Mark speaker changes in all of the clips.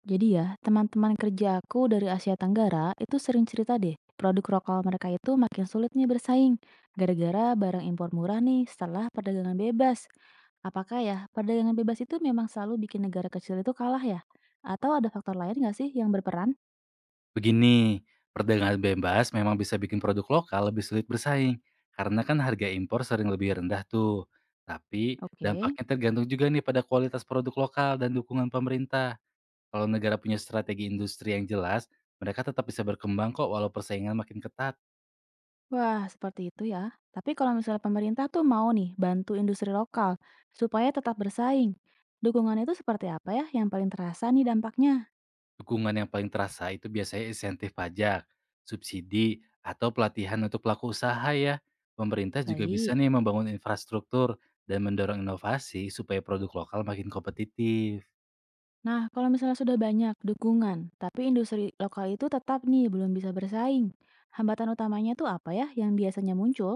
Speaker 1: Jadi ya, teman-teman kerja aku dari Asia Tenggara itu sering cerita deh, produk lokal mereka itu makin sulit nih bersaing, gara-gara barang impor murah nih setelah perdagangan bebas. Apakah ya, perdagangan bebas itu memang selalu bikin negara kecil itu kalah ya? Atau ada faktor lain nggak sih yang berperan?
Speaker 2: Begini, perdagangan bebas memang bisa bikin produk lokal lebih sulit bersaing karena kan harga impor sering lebih rendah tuh. Tapi
Speaker 1: Oke,
Speaker 2: dampaknya tergantung juga nih pada kualitas produk lokal dan dukungan pemerintah. Kalau negara punya strategi industri yang jelas, mereka tetap bisa berkembang kok walau persaingan makin ketat.
Speaker 1: wah seperti itu ya. Tapi kalau misalnya pemerintah tuh mau nih bantu industri lokal supaya tetap bersaing, dukungan itu seperti apa ya yang paling terasa nih dampaknya?
Speaker 2: Dukungan yang paling terasa itu biasanya insentif pajak, subsidi, atau pelatihan untuk pelaku usaha ya. Pemerintah juga
Speaker 1: Baik.
Speaker 2: bisa nih membangun infrastruktur dan mendorong inovasi supaya produk lokal makin kompetitif.
Speaker 1: Nah, kalau misalnya sudah banyak dukungan, tapi industri lokal itu tetap nih belum bisa bersaing. Hambatan utamanya tuh apa ya yang biasanya muncul?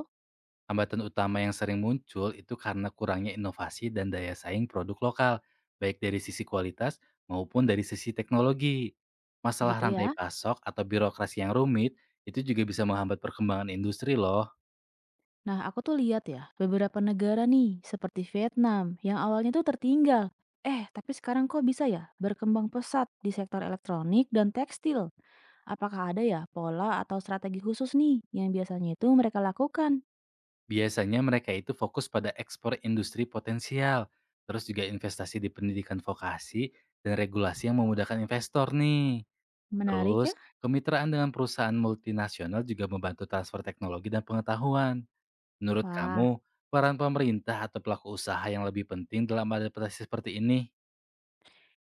Speaker 2: Hambatan utama yang sering muncul itu karena kurangnya inovasi dan daya saing produk lokal, baik dari sisi kualitas maupun dari sisi teknologi. Masalah
Speaker 1: Gitu
Speaker 2: rantai
Speaker 1: ya.
Speaker 2: pasok atau birokrasi yang rumit itu juga bisa menghambat perkembangan industri loh.
Speaker 1: Nah, aku tuh lihat ya, beberapa negara nih, seperti Vietnam, yang awalnya tuh tertinggal. Eh, tapi sekarang kok bisa ya berkembang pesat di sektor elektronik dan tekstil? Apakah ada ya pola atau strategi khusus nih yang biasanya itu mereka lakukan?
Speaker 2: Biasanya mereka itu fokus pada ekspor industri potensial, terus juga investasi di pendidikan vokasi dan regulasi yang memudahkan investor nih.
Speaker 1: Menarik ya?
Speaker 2: Terus, kemitraan dengan perusahaan multinasional juga membantu transfer teknologi dan pengetahuan. Menurut
Speaker 1: Wah.
Speaker 2: kamu, peran pemerintah atau pelaku usaha yang lebih penting dalam adaptasi seperti ini?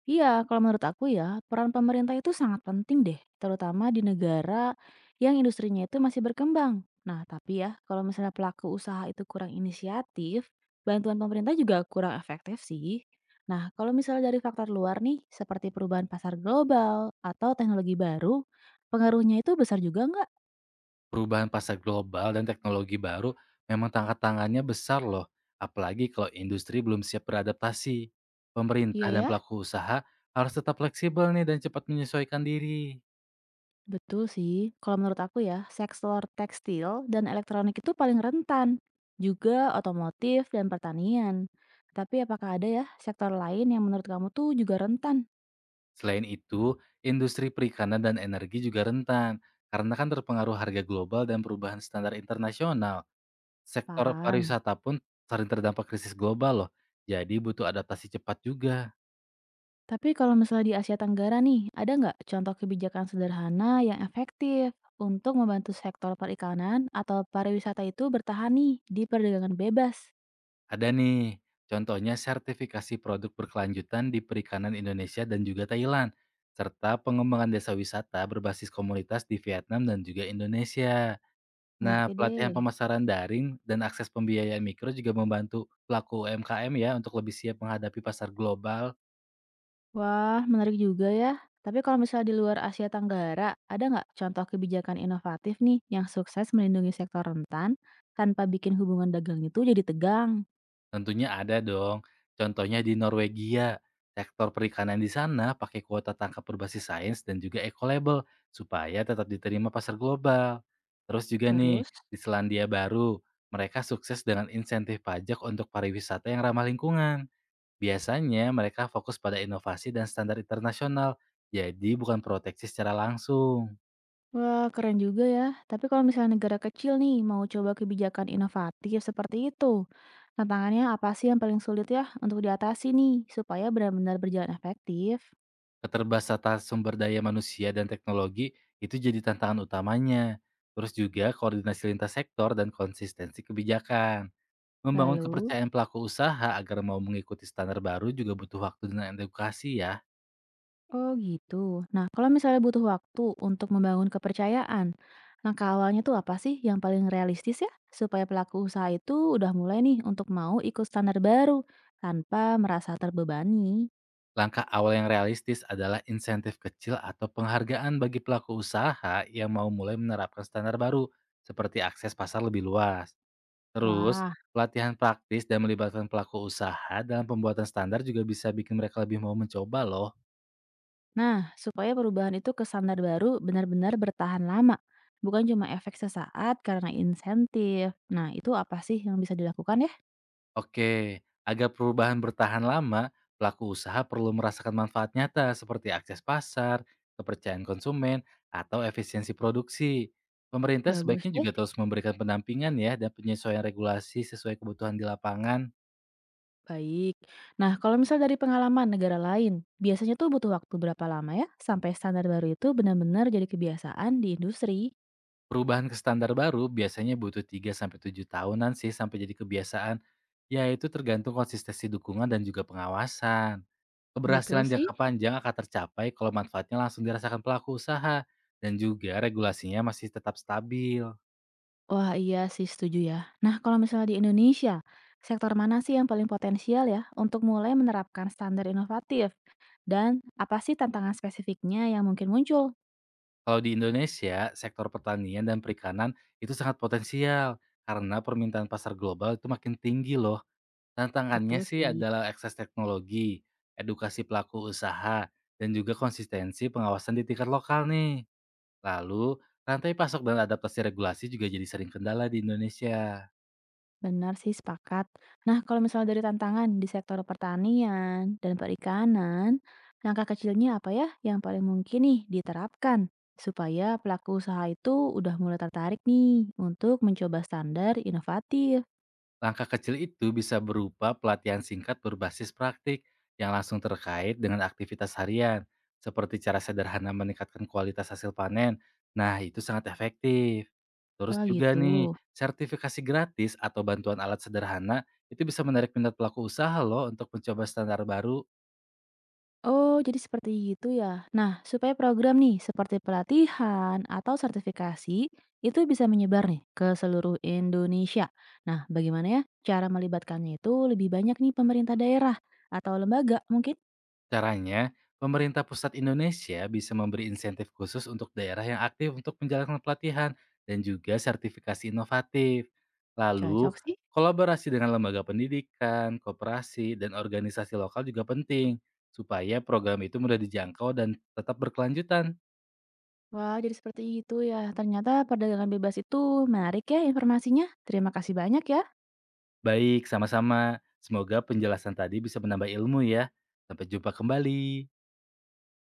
Speaker 1: Iya, kalau menurut aku ya, peran pemerintah itu sangat penting deh, terutama di negara yang industrinya itu masih berkembang. Nah, tapi ya, kalau misalnya pelaku usaha itu kurang inisiatif, bantuan pemerintah juga kurang efektif sih. Nah, kalau misalnya dari faktor luar nih, seperti perubahan pasar global atau teknologi baru, pengaruhnya itu besar juga nggak?
Speaker 2: Perubahan pasar global dan teknologi baru memang tangkat tangannya besar loh, apalagi kalau industri belum siap beradaptasi.
Speaker 1: Iya
Speaker 2: Pemerintah dan
Speaker 1: ya.
Speaker 2: pelaku usaha harus tetap fleksibel nih dan cepat menyesuaikan diri.
Speaker 1: Betul sih, kalau menurut aku ya, sektor tekstil dan elektronik itu paling rentan, juga otomotif dan pertanian. Tapi apakah ada ya sektor lain yang menurut kamu tuh juga rentan?
Speaker 2: Selain itu, industri perikanan dan energi juga rentan, karena kan terpengaruh harga global dan perubahan standar internasional. Sektor
Speaker 1: Paham.
Speaker 2: pariwisata pun sering terdampak krisis global loh, jadi butuh adaptasi cepat juga.
Speaker 1: Tapi kalau misalnya di Asia Tenggara nih, ada nggak contoh kebijakan sederhana yang efektif untuk membantu sektor perikanan atau pariwisata itu bertahan nih di perdagangan bebas?
Speaker 2: Ada nih, contohnya sertifikasi produk berkelanjutan di perikanan Indonesia dan juga Thailand, serta pengembangan desa wisata berbasis komunitas di Vietnam dan juga Indonesia. Nah,
Speaker 1: Ngerti deh.
Speaker 2: pelatihan pemasaran daring dan akses pembiayaan mikro juga membantu pelaku UMKM ya untuk lebih siap menghadapi pasar global.
Speaker 1: Wah, menarik juga ya. Tapi kalau misalnya di luar Asia Tenggara, ada nggak contoh kebijakan inovatif nih yang sukses melindungi sektor rentan tanpa bikin hubungan dagang itu jadi tegang?
Speaker 2: Tentunya ada dong. Contohnya di Norwegia, sektor perikanan di sana pakai kuota tangkap berbasis sains dan juga eco-label supaya tetap diterima pasar global. Terus juga nih,
Speaker 1: Terus,
Speaker 2: di Selandia Baru, mereka sukses dengan insentif pajak untuk pariwisata yang ramah lingkungan. Biasanya mereka fokus pada inovasi dan standar internasional, jadi bukan proteksi secara langsung.
Speaker 1: wah keren juga ya. Tapi kalau misalnya negara kecil nih mau coba kebijakan inovatif seperti itu, tantangannya apa sih yang paling sulit ya untuk diatasi nih supaya benar-benar berjalan efektif?
Speaker 2: Keterbatasan sumber daya manusia dan teknologi itu jadi tantangan utamanya. Terus juga koordinasi lintas sektor dan konsistensi kebijakan. Membangun
Speaker 1: Lalu?
Speaker 2: kepercayaan pelaku usaha agar mau mengikuti standar baru juga butuh waktu dan edukasi ya.
Speaker 1: Oh gitu. Nah, kalau misalnya butuh waktu untuk membangun kepercayaan, langkah awalnya tuh apa sih yang paling realistis ya? Supaya pelaku usaha itu udah mulai nih untuk mau ikut standar baru tanpa merasa terbebani.
Speaker 2: Langkah awal yang realistis adalah insentif kecil atau penghargaan bagi pelaku usaha yang mau mulai menerapkan standar baru, seperti akses pasar lebih luas. Terus,
Speaker 1: Wah,
Speaker 2: pelatihan praktis dan melibatkan pelaku usaha dalam pembuatan standar juga bisa bikin mereka lebih mau mencoba loh.
Speaker 1: nah supaya perubahan itu ke standar baru benar-benar bertahan lama. Bukan cuma efek sesaat karena insentif. Nah, itu apa sih yang bisa dilakukan ya?
Speaker 2: Oke, agar perubahan bertahan lama, pelaku usaha perlu merasakan manfaat nyata seperti akses pasar, kepercayaan konsumen, atau efisiensi produksi. Pemerintah
Speaker 1: Bagus
Speaker 2: sebaiknya
Speaker 1: deh.
Speaker 2: juga terus memberikan pendampingan ya dan penyesuaian regulasi sesuai kebutuhan di lapangan.
Speaker 1: Baik. Nah, kalau misal dari pengalaman negara lain, biasanya tuh butuh waktu berapa lama ya sampai standar baru itu benar-benar jadi kebiasaan di industri?
Speaker 2: Perubahan ke standar baru biasanya butuh 3 sampai 7 tahunan sih sampai jadi kebiasaan, yaitu tergantung konsistensi dukungan dan juga pengawasan.
Speaker 1: Betul
Speaker 2: Keberhasilan
Speaker 1: sih.
Speaker 2: jangka panjang akan tercapai kalau manfaatnya langsung dirasakan pelaku usaha dan juga regulasinya masih tetap stabil.
Speaker 1: Wah, iya sih setuju ya. Nah, kalau misalnya di Indonesia, sektor mana sih yang paling potensial ya untuk mulai menerapkan standar inovatif? Dan apa sih tantangan spesifiknya yang mungkin muncul?
Speaker 2: Kalau di Indonesia, sektor pertanian dan perikanan itu sangat potensial karena permintaan pasar global itu makin tinggi loh. Tantangannya
Speaker 1: Betul
Speaker 2: sih
Speaker 1: sih.
Speaker 2: adalah akses teknologi, edukasi pelaku usaha, dan juga konsistensi pengawasan di tingkat lokal nih. Lalu, rantai pasok dan adaptasi regulasi juga jadi sering kendala di Indonesia.
Speaker 1: Benar sih, sepakat. Nah, kalau misalnya dari tantangan di sektor pertanian dan perikanan, langkah kecilnya apa ya yang paling mungkin nih diterapkan supaya pelaku usaha itu udah mulai tertarik nih untuk mencoba standar inovatif?
Speaker 2: Langkah kecil itu bisa berupa pelatihan singkat berbasis praktik yang langsung terkait dengan aktivitas harian, seperti cara sederhana meningkatkan kualitas hasil panen. Nah, itu sangat efektif. Terus
Speaker 1: Wah,
Speaker 2: juga
Speaker 1: gitu.
Speaker 2: nih, sertifikasi gratis atau bantuan alat sederhana itu bisa menarik minat pelaku usaha loh untuk mencoba standar baru.
Speaker 1: Oh, jadi seperti itu ya. Nah, supaya program nih seperti pelatihan atau sertifikasi itu bisa menyebar nih ke seluruh Indonesia. Nah, bagaimana ya cara melibatkannya itu lebih banyak nih pemerintah daerah atau lembaga mungkin?
Speaker 2: Caranya, pemerintah pusat Indonesia bisa memberi insentif khusus untuk daerah yang aktif untuk menjalankan pelatihan dan juga sertifikasi inovatif.
Speaker 1: Cocok
Speaker 2: Lalu,
Speaker 1: sih.
Speaker 2: kolaborasi dengan lembaga pendidikan, koperasi, dan organisasi lokal juga penting supaya program itu mudah dijangkau dan tetap berkelanjutan.
Speaker 1: Wah, jadi seperti itu ya. Ternyata perdagangan bebas itu menarik ya informasinya. Terima kasih banyak ya.
Speaker 2: Baik, sama-sama. Semoga penjelasan tadi bisa menambah ilmu ya. Sampai jumpa kembali.